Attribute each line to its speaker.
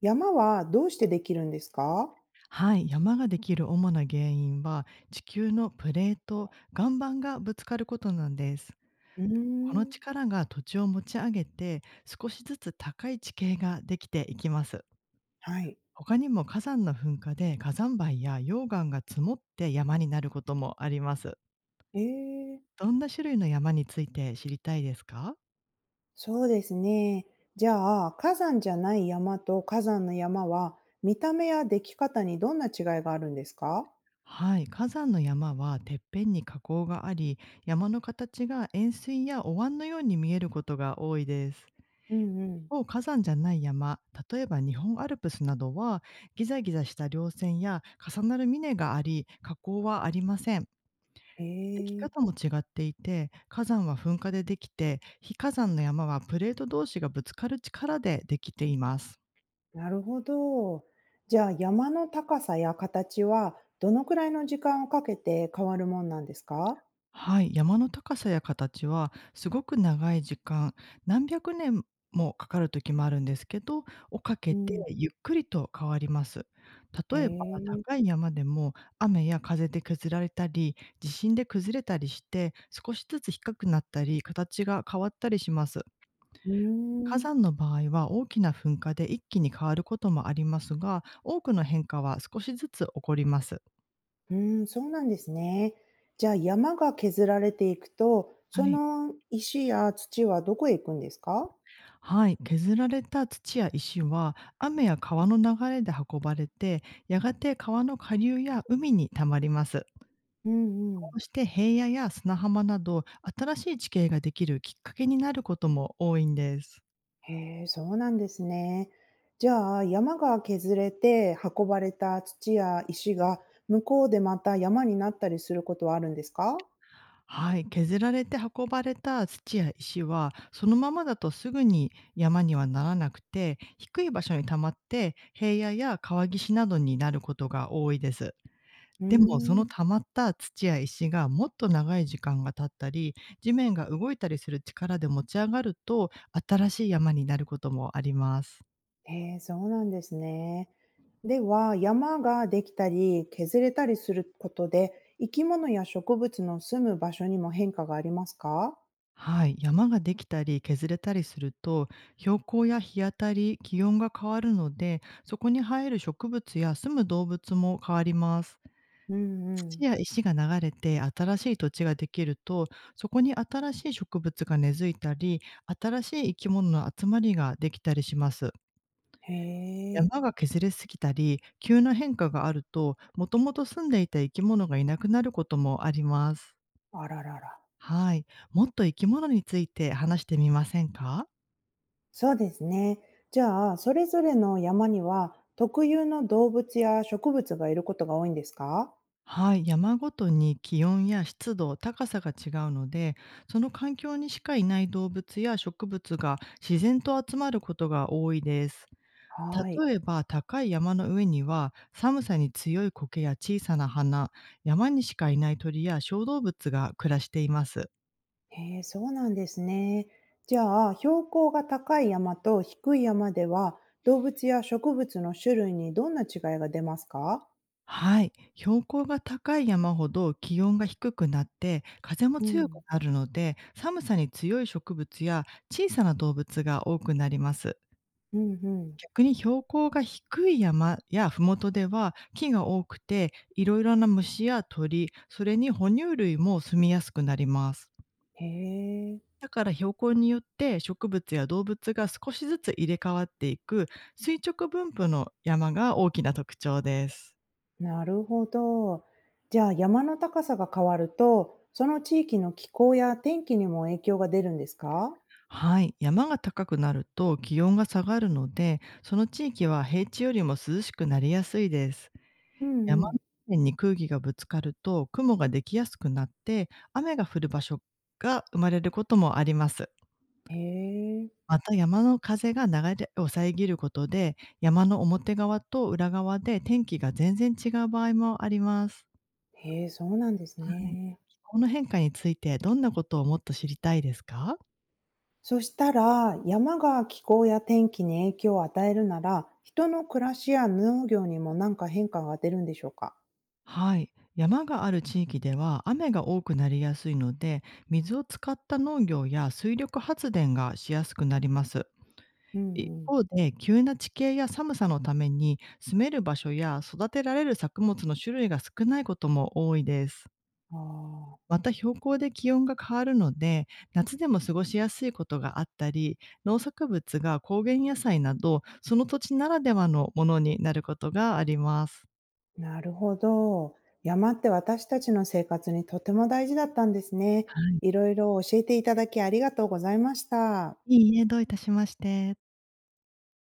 Speaker 1: 山はどうしてできるんですか？
Speaker 2: はい、山ができる主な原因は地球のプレート、岩盤がぶつかることなんです。
Speaker 1: うー
Speaker 2: この
Speaker 1: ん、
Speaker 2: 力が土地を持ち上げて少しずつ高い地形ができていきます。
Speaker 1: はい。
Speaker 2: 他にも火山の噴火で火山灰や溶岩が積もって山になることもあります。
Speaker 1: ええ、
Speaker 2: どんな種類の山について知りたいですか？
Speaker 1: そうですね。じゃあ、火山じゃない山と火山の山は、見た目やでき方にどんな違いがあるんですか？
Speaker 2: はい、火山の山はてっぺんに火口があり、山の形が円錐やお椀のように見えることが多いです。
Speaker 1: うんうん。
Speaker 2: を火山じゃない山、例えば日本アルプスなどは、ギザギザした稜線や重なる峰があり、火口はありません。
Speaker 1: え
Speaker 2: でき
Speaker 1: え、
Speaker 2: 方も違っていて、火山は噴火でできて、非火山の山はプレート同士がぶつかる力でできています。
Speaker 1: なるほど。じゃあ、山の高さや形は、どのくらいの時間をかけて変わるもんなんですか？
Speaker 2: はい、山の高さや形はすごく長い時間、何百年もかかる時もあるんですけど、をか
Speaker 1: う
Speaker 2: けて
Speaker 1: ん。
Speaker 2: ゆっくりと変わります。
Speaker 1: え
Speaker 2: 例えば
Speaker 1: え、
Speaker 2: 高い山でも雨や風で削られたり、地震で崩れたりして、少しずつ低くなったり、形が変わったりします。
Speaker 1: うー
Speaker 2: 火
Speaker 1: ん。
Speaker 2: 山の場合は大きな噴火で一気に変わることもありますが、多くの変化は少しずつ起こります。
Speaker 1: うーん、そうなんですね。じゃあ、山が削られていくと、
Speaker 2: は
Speaker 1: そ
Speaker 2: い。
Speaker 1: の石や土はどこへ行くんですか？
Speaker 2: はい、削られた土や石は雨や川の流れで運ばれて、やがて川の下流や海にたまります。
Speaker 1: うんう
Speaker 2: こ
Speaker 1: ん。
Speaker 2: うして平野や砂浜など新しい地形ができるきっかけになることも多いんです。
Speaker 1: へえ、そうなんですね。じゃあ、山が削れて運ばれた土や石が向こうでまた山になったりすることはあるんですか？
Speaker 2: はい、削られて運ばれた土や石はそのままだとすぐに山にはならなくて、低い場所にたまって平野や川岸などになることが多いです。
Speaker 1: うー
Speaker 2: でも、その
Speaker 1: ん。
Speaker 2: 溜まった土や石がもっと長い時間が経ったり、地面が動いたりする力で持ち上がると、新しい山になることもあります。
Speaker 1: へえ、そうなんですね。では、山ができたり削れたりすることで、生き物や植物の住む場所にも変化がありますか？
Speaker 2: はい、山ができたり削れたりすると、標高や日当たり、気温が変わるので、そこに生える植物や住む動物も変わります。
Speaker 1: うんう
Speaker 2: 土
Speaker 1: ん。
Speaker 2: や石が流れて新しい土地ができると、そこに新しい植物が根付いたり、新しい生き物の集まりができたりします。
Speaker 1: へえ、
Speaker 2: 山が削れすぎたり、急な変化があると、もともと住んでいた生き物がいなくなることもあります。
Speaker 1: あららら。
Speaker 2: はい。もっと生き物について話してみませんか？
Speaker 1: そうですね。じゃあ、それぞれの山には特有の動物や植物がいることが多いんですか？
Speaker 2: はい。山ごとに気温や湿度、高さが違うので、その環境にしかいない動物や植物が自然と集まることが多いです。
Speaker 1: はい。
Speaker 2: 例えば高い山の上には寒さに強い苔や小さな花、山にしかいない鳥や小動物が暮らしています。
Speaker 1: へえ、そうなんですね。じゃあ、標高が高い山と低い山では、動物や植物の種類にどんな違いが出ますか？
Speaker 2: はい、標高が高い山ほど気温が低くなって風も
Speaker 1: う
Speaker 2: 強く
Speaker 1: ん。
Speaker 2: なるので、寒さに強い植物や小さな動物が多くなります。
Speaker 1: うんうん。
Speaker 2: 逆に標高が低い山や麓では木が多くて、いろいろな虫や鳥、それに哺乳類も住みやすくなります。
Speaker 1: へえ。
Speaker 2: だから標高によって植物や動物が少しずつ入れ替わっていく垂直分布の山が大きな特徴です。
Speaker 1: なるほど。じゃあ、山の高さが変わると、その地域の気候や天気にも影響が出るんですか？
Speaker 2: はい、山が高くなると気温が下がるので、その地域は平地よりも涼しくなりやすいです。
Speaker 1: う
Speaker 2: 山
Speaker 1: んう
Speaker 2: の
Speaker 1: ん。
Speaker 2: 面に空気がぶつかると雲ができやすくなって、雨が降る場所が生まれることもあります。
Speaker 1: へえ、
Speaker 2: また山の風が流れを遮ることで、山の表側と裏側で天気が全然違う場合もあります。
Speaker 1: へえ、そうなんです
Speaker 2: はい、
Speaker 1: ね。
Speaker 2: この変化についてどんなことをもっと知りたいですか？
Speaker 1: そしたら、山が気候や天気に影響を与えるなら、人の暮らしや農業にも何か変化が出るんでしょうか？
Speaker 2: はい。山がある地域では雨が多くなりやすいので、水を使った農業や水力発電がしやすくなります。
Speaker 1: う
Speaker 2: 一
Speaker 1: んうん。
Speaker 2: 方で、急な地形や寒さのために、住める場所や育てられる作物の種類が少ないことも多いです。
Speaker 1: ああ、
Speaker 2: また標高で気温が変わるので、夏でも過ごしやすいことがあったり、農作物が高原野菜など、その土地ならではのものになることがあります。
Speaker 1: なるほど。山って私たちの生活にとても大事だったんですね。
Speaker 2: はい。
Speaker 1: いろいろ教えていただきありがとうございました。
Speaker 2: いいえ、どういたしまして。